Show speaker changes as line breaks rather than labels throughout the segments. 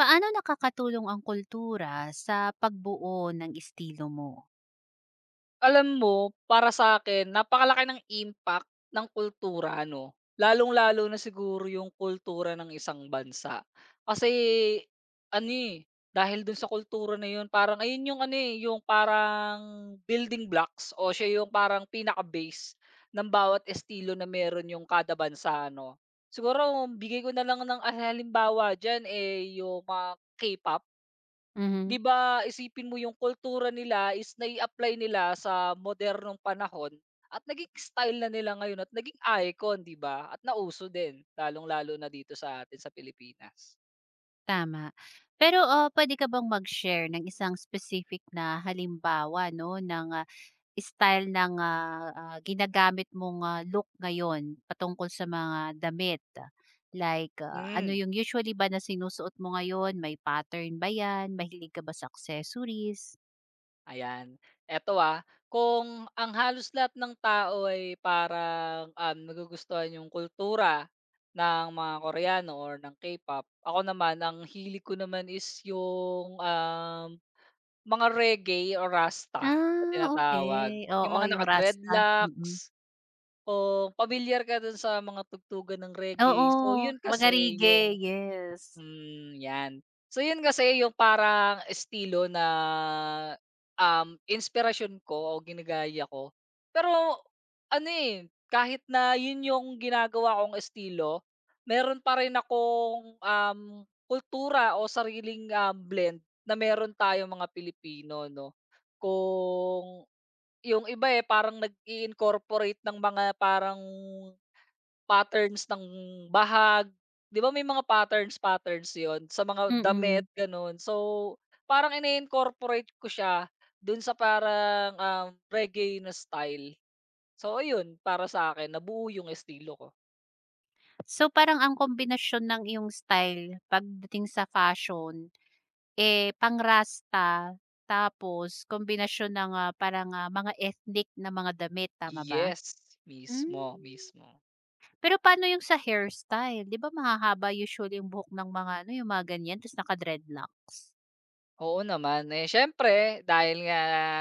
Paano nakakatulong ang kultura sa pagbuo ng estilo mo?
Alam mo, para sa akin napakalaki ng impact ng kultura ano? Lalong-lalo na siguro yung kultura ng isang bansa. Kasi ano, eh, dahil dun sa kultura na yun parang ayun yung ano, eh, yung parang building blocks o siya yung parang pinaka-base ng bawat estilo na meron yung kada bansa 'no. Siguro bigay ko na lang ng, ah, halimbawa diyan, eh, yung mga K-pop.
Mhm,
'Di ba isipin mo yung kultura nila is nai-apply nila sa modernong panahon at naging style na nila ngayon at naging icon 'di ba at nauso din lalong-lalo na dito sa atin sa Pilipinas.
tama. Pero, puwede ka bang mag-share ng isang specific na halimbawa 'no, ng, style ng, ginagamit mong, look ngayon patungkol sa mga damit? Like, ano
Hmm,
yung usually ba na sinusuot mo ngayon, may pattern ba 'yan, mahilig ka ba sa accessories?
ayan. Eto, ah, kung ang halos lahat ng tao ay parang, nagugustuhan yung kultura ng mga Koreano or ng K-pop, ako naman ang hili ko naman is yung, mga reggae o Rasta na
Ah,
tinatawag,
okay, oo,
yung mga
yung rasta, mm.
naka-dreadlocks o pamilyar ka dun sa mga tugtugan ng
Oo,
reggae. So yun kasi
magarige,
yung.
yes.
Hmm, 'yan. So 'yun kasi yung parang estilo na, inspiration ko o ginagaya ko. Pero ano, eh, kahit na 'yun yung ginagawa kong estilo, meron pa rin akong, kultura o sariling, blend na meron tayo mga Pilipino 'no. Kung yung iba, eh, parang nag incorporate ng mga parang patterns ng bahag, 'di ba may mga patterns-patterns yon sa mga damit
Mm.
gano'n. So, parang ine-incorporate ko siya dun sa parang, reggae na style. So ayun, para sa sa'kin nabuo yung estilo ko.
So, parang ang kombinasyon ng iyong style pagdating sa fashion, eh, pang-Rasta tapos kombinasyon ng, parang, mga ethnic na mga damit, tama ba?
Yes,
Hmm,
mismo, mismo.
pero paano yung sa hairstyle? 'Di ba mahahaba usually yung buhok ng mga ano, yung mga ganyan tapos naka-dreadlocks?
Oo naman. Eh, siyempre dahil nga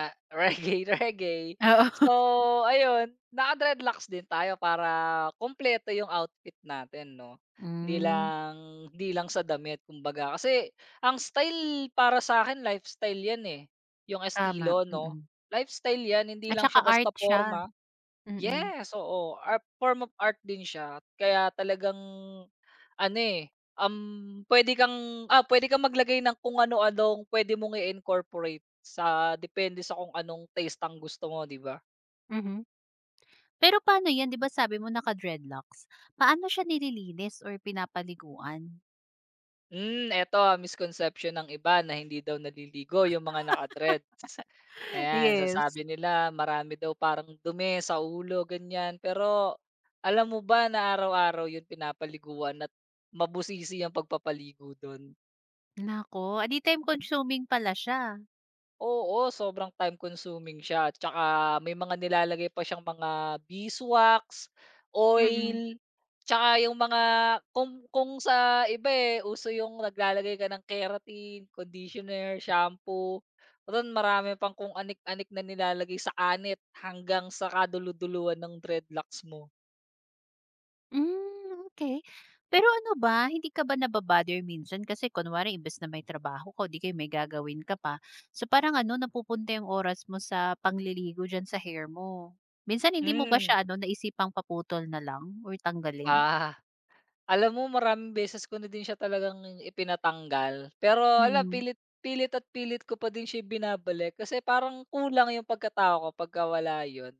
reggae, reggae. So
Oo.
ayun, naka-dreadlocks din tayo para kumpleto yung outfit natin 'no. Hindi
Hmm,
lang hindi lang sa damit kumbaga. Kasi ang style para sa akin lifestyle 'yan, eh, yung
tama,
estilo 'no.
mm.
Lifestyle 'yan, hindi
At
lang
saka
siya basta
art siya,
porma.
mm.
Yes, oo, art form of art din siya kaya talagang ano, eh, puwede kang maglagay ng kung ano-anong puwede mong i-incorporate sa depende sa kung anong taste ang gusto mo, 'di ba?
Mhm. Pero paano 'yan, 'di ba sabi mo naka-dreadlocks, paano siya nililinis or pinapaliguan?
Eto, ah, misconception ng iba na hindi daw naliligo yung mga naka-dreads. Ayan,
Yes.
sasabi nila marami daw parang dumi sa ulo, ganyan. Pero alam mo ba na araw-araw yun pinapaliguan at mabusisi ang pagpapaligo dun.
Naku, adi time consuming pala siya.
Oo, sobrang time consuming siya tsaka may mga nilalagay pa siyang mga beeswax,
Mm.
oil, tsaka yung mga kung sa iba, eh, uso yung naglalagay ka ng keratin, conditioner, shampoo, ron marami pang kung anik-anik na nilalagay sa anit hanggang sa kadulu-duluhan ng dreadlocks mo.
Hmm, okey. Pero ano ba, hindi ka ba naba-bother minsan kasi kunwari imbes na may trabaho ka o 'di kaya may gagawin ka pa, so parang ano, napupunta yung oras mo sa pangliligo diyan sa hair mo. Minsan hindi mo ba siya
Hmm.
ano, naisipang paputol na lang or tanggalin?
Ah. Alam mo maraming beses ko na din siya talagang ipinatanggal, pero ala
Mm.
pilit pilit at pilit ko pa din siya ibinabalik kasi parang kulang yung pagkatao ko pagka wala yun.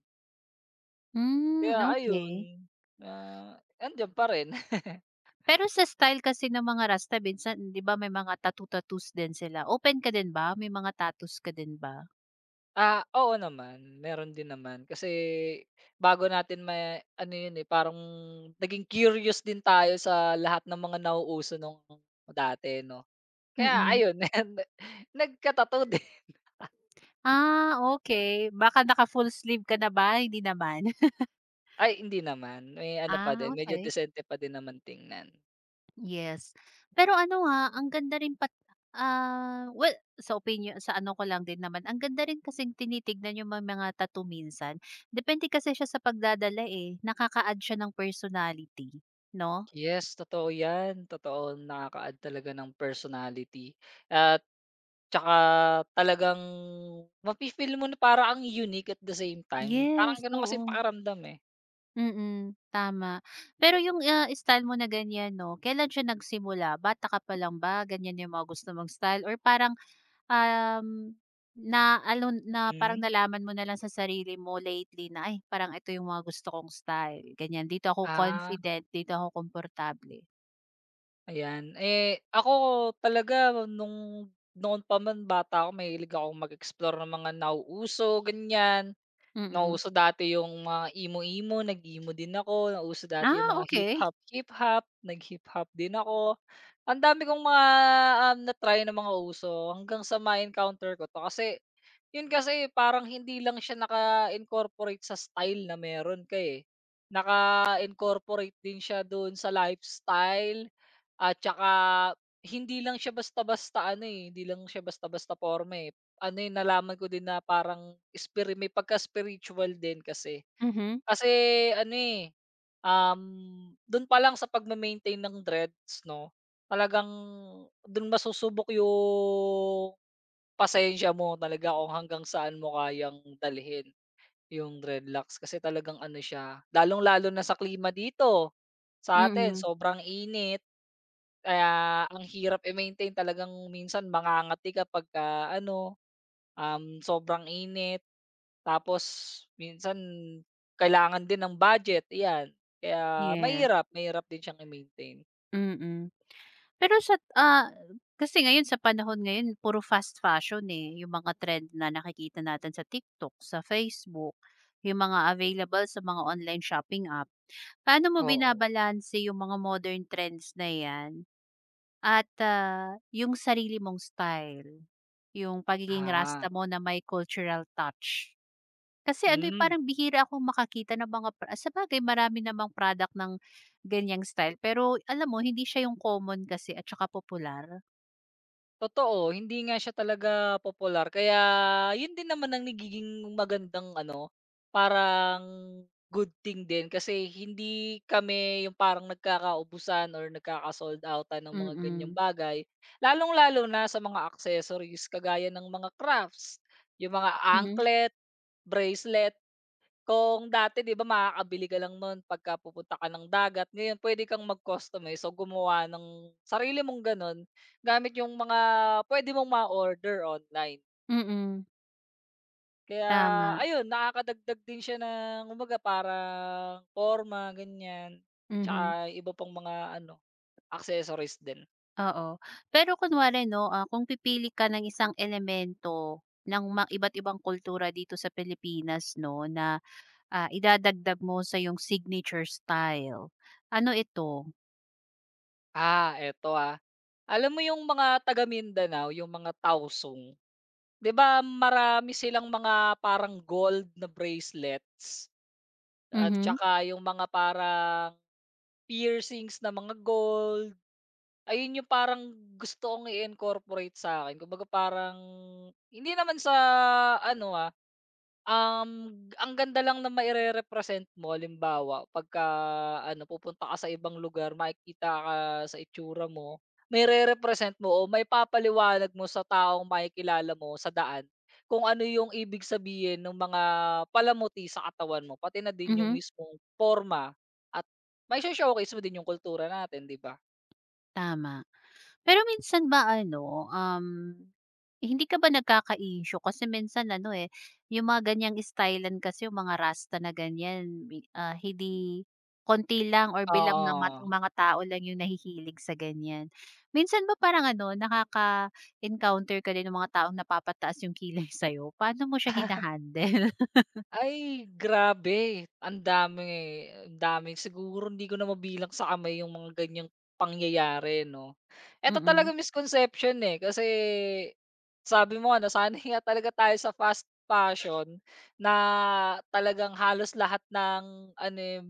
Kaya
Hmm,
ayun,
okey.
ah, andiyan pa rin.
Pero sa style kasi ng mga Rasta minsan 'di ba may mga tattoo-tattoos din sila, open ka din ba? May mga tattoos ka din ba?
Ah, oo naman, meron din naman kasi bago natin may ano yun, eh, parang naging curious din tayo sa lahat ng mga nauuso nung dati 'no. Kaya
Mm.
ayun nagkatato din.
Ah, okey. Baka naka-full sleeve ka na ba? Hindi naman?
Ay hindi naman, may ano pa
Ah,
din, medyo
okey.
disente pa din naman tingnan.
Yes. Pero ano, ang ganda rin pat well, sa opinyon sa ano ko lang din naman, ang ganda rin kasing tinitignan yung may mga tattoo minsan. Depende kasi siya sa pagdadala, eh, nakaka-add siya ng personality, 'no?
Yes, totoo 'yan, totoo nakaka-add talaga ng personality at tsaka talagang mafi-feel mo na para ang unique at the same time, parang
Yes,
gano'n kasi yung
oo.
pakiramdam, eh.
Mm, tama. Pero yung, style mo na ganyan 'no, kailan siya nagsimula? Bata ka pa lang ba ganyan yung mga gusto mong style or parang, um, na ano na parang
Hmm.
nalaman mo na lang sa sarili mo lately na, "Ay parang ito yung mga gusto kong style, ganyan. Dito ako
Ah.
confident, dito ako komportable."
Ayan. Eh, ako talaga nung noon pa man bata ako mahilig akong mag-explore ng mga nauuso, ganyan.
Mm. Mm.
Nauso dati yung mga emo-emo, nag-emo din ako, nauso
Ah,
dati yung
okay.
mga
Okey.
hip-hop, hip-hop, nag-hip-hop din ako. Ang dami kong mga, na-try na mga uso hanggang sa ma-encounter ko 'to kasi yun kasi parang hindi lang siya naka-incorporate sa style na meron ka, eh. Naka-incorporate din siya dun sa lifestyle at saka hindi lang siya basta-basta ano, eh, hindi lang siya basta-basta porma, eh. Ano, eh, nalaman ko din na parang spiri may pagka-spiritual din kasi.
Mhm,
Kasi ano, eh, um, dun pa lang sa pagme-maintain ng dreads 'no, talagang dun masusubok yung pasensya mo talaga kung hanggang saan mo kayang dalhin yung dreadlocks. Kasi talagang ano siya, lalong-lalo na sa klima dito, sa
mm.
sa'tin
Mm.
sobrang init. Kaya ang hirap i-maintain talagang minsan mangangati ka pagka ano, sobrang init tapos minsan kailangan din ng budget, 'yan. Kaya
Yes,
mahirap, mahirap din siyang i-maintain.
mm mm. Pero sa kasi ngayon sa panahon ngayon puro fast fashion, eh, yung mga trend na nakikita natin sa TikTok, sa Facebook, yung mga available sa mga online shopping app. Paano mo
Oo.
binabalanse yung mga modern trends na 'yan at, yung sarili mong style, yung pagiging rasta
Ah,
mo na may cultural touch? Kasi ano, eh,
hmm.
parang bihira akong makakita ng mga pra sabagay marami namang product ng ganiyang style pero alam mo hindi siya yung common kasi at saka popular.
Totoo, hindi nga siya talaga popular kaya yun din naman ang nagiging magandang ano, parang good thing din kasi hindi kami yung parang nagkakaubusan or nagkaka-sold out-an ng mga ganyang
Mm.
bagay. Lalong-lalo na sa mga accessories kagaya ng mga crafts, yung mga
Mhm.
anklet, bracelet, kung dati 'di ba makakabili ka lang nun pagka pupunta ka ng dagat, ngayon pwede kang mag-customize. So, gumawa ng sarili mong gano'n gamit yung mga pwede mong ma-order online.
Mm.
Kaya
Tama.
ayun, nakakadagdag din siya ng kumbaga parang porma, ganiyan,
Mhm,
tsaka iba pang mga ano, accessories din.
oo. Pero kunwari 'no, kung pipili ka ng isang elemento ng ma iba't ibang kultura dito sa Pilipinas 'no, na, idadagdag mo sa iyong signature style, ano ito?
Ah, eto, ah, alam mo yung mga taga Mindanao, yung mga Tausong, 'di ba marami silang mga parang gold na bracelets? At
Mhm,
tsaka yung mga parang piercings na mga gold, ayun yung parang gusto kong i-incorporate sa'kin. Kumbaga parang hindi naman sa ano, ah, ang ganda lang na represent mo halimbawa pagka ano pupunta ka sa ibang lugar makikita ka sa itsura mo, may represent mo o may maipapaliwanag mo sa taong makikilala mo sa daan kung ano yung ibig sabihin ng mga palamuti sa katawan mo pati na din yung
mhm,
mismong forma at may sho showcase mo din yung kultura natin, 'di ba?
tama. Pero minsan ba ano, hindi ka ba nagkaka-issue kasi minsan ano, eh, yung mga ganyang stylan kasi yung mga rasta na ganyan bi ah, hindi konti lang or bilang na mat
Oo.
mga tao lang yung nahihilig sa ganyan. Minsan ba parang ano, nakaka-encounter ka din ng mga taong napapataas yung kilay sa'yo? Paano mo siya hina-handle?
Ay, grabe ang dami, ang dami. Siguro hindi ko na mabilang sa kamay yung mga ganiyang pangyayari 'no. Eto
Mm,
talaga misconception, eh, kasi sabi mo nga nasanay nga talaga tayo sa fast fashion na talagang halos lahat ng ano, eh,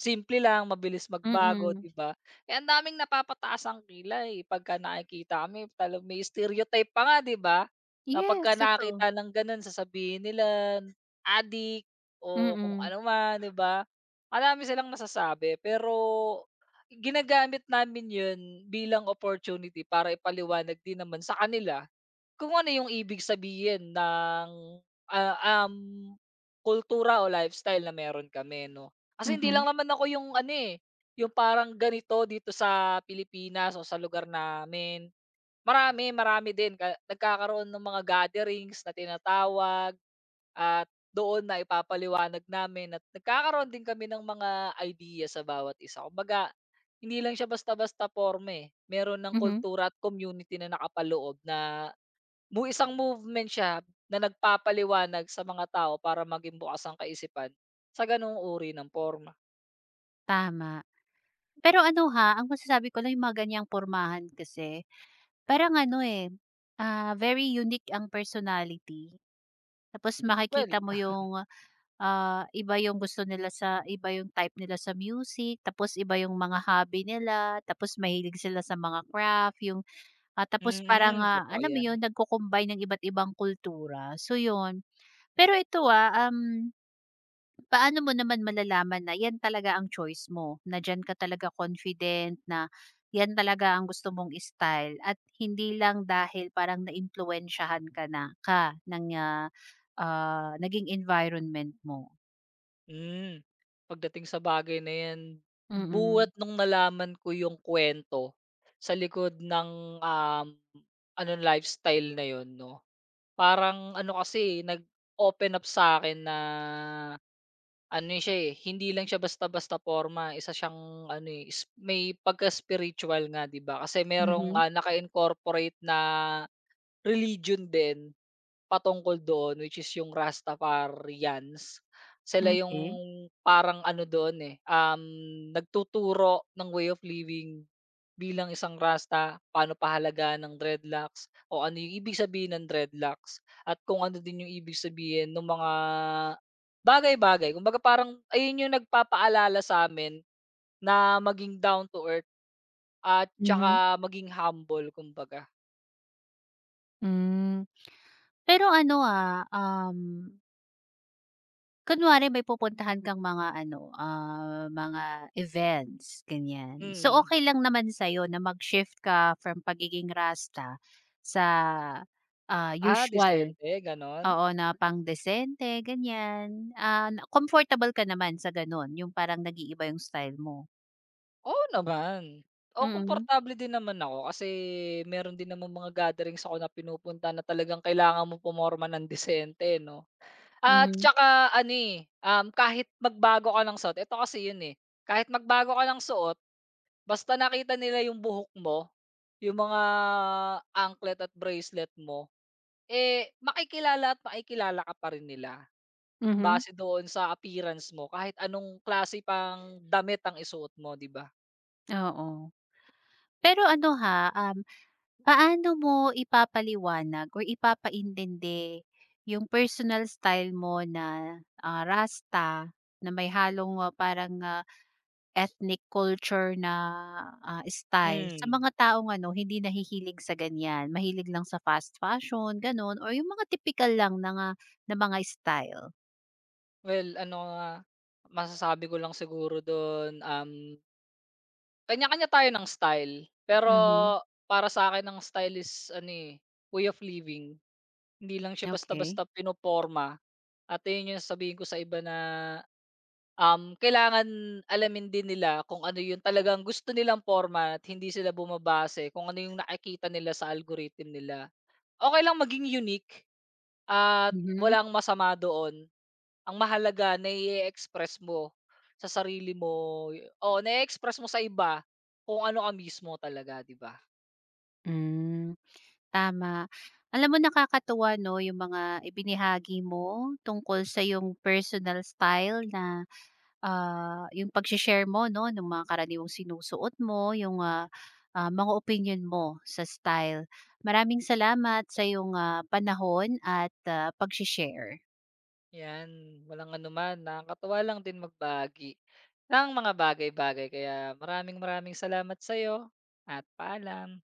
simple lang, mabilis magbago,
mm.
'di ba? Eh, ang daming napapataas ang kilay pagka nakikita kami tala may stereotype pa nga, 'di ba? Na
Yes,
pagka
totoo.
nakakita ng gano'n sasabihin nila adik o kung
Mm,
ano man, 'di ba? Marami silang masasabi pero ginagamit namin 'yun bilang opportunity para ipaliwanag din naman sa kanila kung ano yung ibig sabihin ng, ah, kultura o lifestyle na meron kami 'no. Kasi hindi
mhm,
lang naman ako yung ano, eh, yung parang ganito dito sa Pilipinas o sa lugar namin. Marami, marami din ka nagkakaroon ng mga gatherings na tinatawag at doon na ipapaliwanag namin at nagkakaroon din kami ng mga ideya sa bawat isa. Kumbaga, hindi lang siya basta-basta porma, eh, meron ng
mhm,
kultura at community na nakapaloob na mu isang movement siya na nagpapaliwanag sa mga tao para maging bukas ang kaisipan sa ganoong uri ng forma.
tama. Pero ano ha, ang masasabi ko lang yung mga ganyang pormahan kasi, parang ano eh, very unique ang personality. Tapos
Well,
makikita mo yung, iba yung gusto nila sa iba yung type nila sa music, tapos iba yung mga hobby nila, tapos mahilig sila sa mga craft, yung tapos
mm,
parang,
mm, totoo
alam mo
yan.
yun, nagko ng iba't ibang kultura. So yun. Pero ito, ah, um paano mo naman malalaman na yan talaga ang choice mo, na diyan ka talaga confident, na yan talaga ang gusto mong style at hindi lang dahil parang naimpluwensyahan ka na ka ng naging environment mo?
Hmm, Pagdating sa bagay na 'yan,
Mm.
buhat nung nalaman ko yung kwento sa likod ng, um, ano lifestyle na 'yun 'no, parang ano kasi, eh, nag-open up sa akin na ano yun siya, eh, hindi lang siya basta-basta porma, isa siyang ano, eh, is may pagka-spiritual nga 'di ba, kasi merong,
Mhm.
ah, naka-incorporate na religion din patungkol doon which is yung Rastafarians. Sila yung
Okay.
parang ano doon, eh, nagtuturo ng way of living bilang isang Rasta, paano pahalaga ng dreadlocks, o ano yung ibig sabihin ng dreadlocks, at kung ano din yung ibig sabihin nung mga bagay-bagay. Kumbaga parang ayun yung nagpapaalala sa'min na maging down to earth at
Mhm.
tsaka maging humble kumbaga.
Hmm. Pero ano, ah, um kunwari may pupuntahan kang mga ano, mga events, ganyan. So,
Mm.
okay lang naman sa'yo na mag-shift ka from pagiging Rasta sa,
Ah,
usual.
disente gano'n?
Oo, na pang-desente, ganyan. Ah, na comfortable ka naman sa gano'n, yung parang nag-iiba yung style mo?
Oo naman. Oo,
Mm,
komportable din naman ako kasi meron din naman mga gatherings ako na pinupunta na talagang kailangan mo pumorma ng disente 'no. At
mhm,
tsaka ano, eh, kahit magbago ka ng suot, eto kasi yun, eh, kahit magbago ka ng suot basta nakita nila yung buhok mo, yung mga anklet at bracelet mo, eh, makikilala at makikilala ka pa rin nila
mhm,
base doon sa appearance mo kahit anong klase pang damit ang isuot mo, 'di ba?
oo. Pero ano ha, paano mo ipapaliwanag or ipapaintindi yung personal style mo na, Rasta na may halong, parang, ethnic culture na, style sa
Hmm.
mga taong ano hindi nahihilig sa ganyan, mahilig lang sa fast fashion gano'n or yung mga typical lang na nga na mga style?
Well, ano nga, masasabi ko lang siguro dun, kanya-kanya tayo ng style. Pero
Mhm,
para sa akin ang style is ano, eh, way of living. Hindi lang siya
okey.
basta-basta pinoporma at yun yung sasabihin ko sa iba na, kailangan alamin din nila kung ano yung talagang gusto nilang porma at hindi sila bumabase kung ano yung nakikita nila sa algorithm nila. Okey lang maging unique at
Mhm.
walang masama doon. Ang mahalaga na e express mo sa sarili mo o na express mo sa iba kung ano ka mismo talaga, 'di ba?
Hmm. Tama. Alam mo nakakatuwa 'no, yung mga ibinahagi mo tungkol sa yung personal style na, yung pagshe-share mo 'no, ng mga karaniwang sinusuot mo, yung, mga opinion mo sa style. Maraming salamat sa yung panahon at, pagshe-share.
'Yan, walang ano man. Nakakatuwa lang din magbagi ng mga bagay-bagay kaya maraming maraming salamat sa'yo at paalam.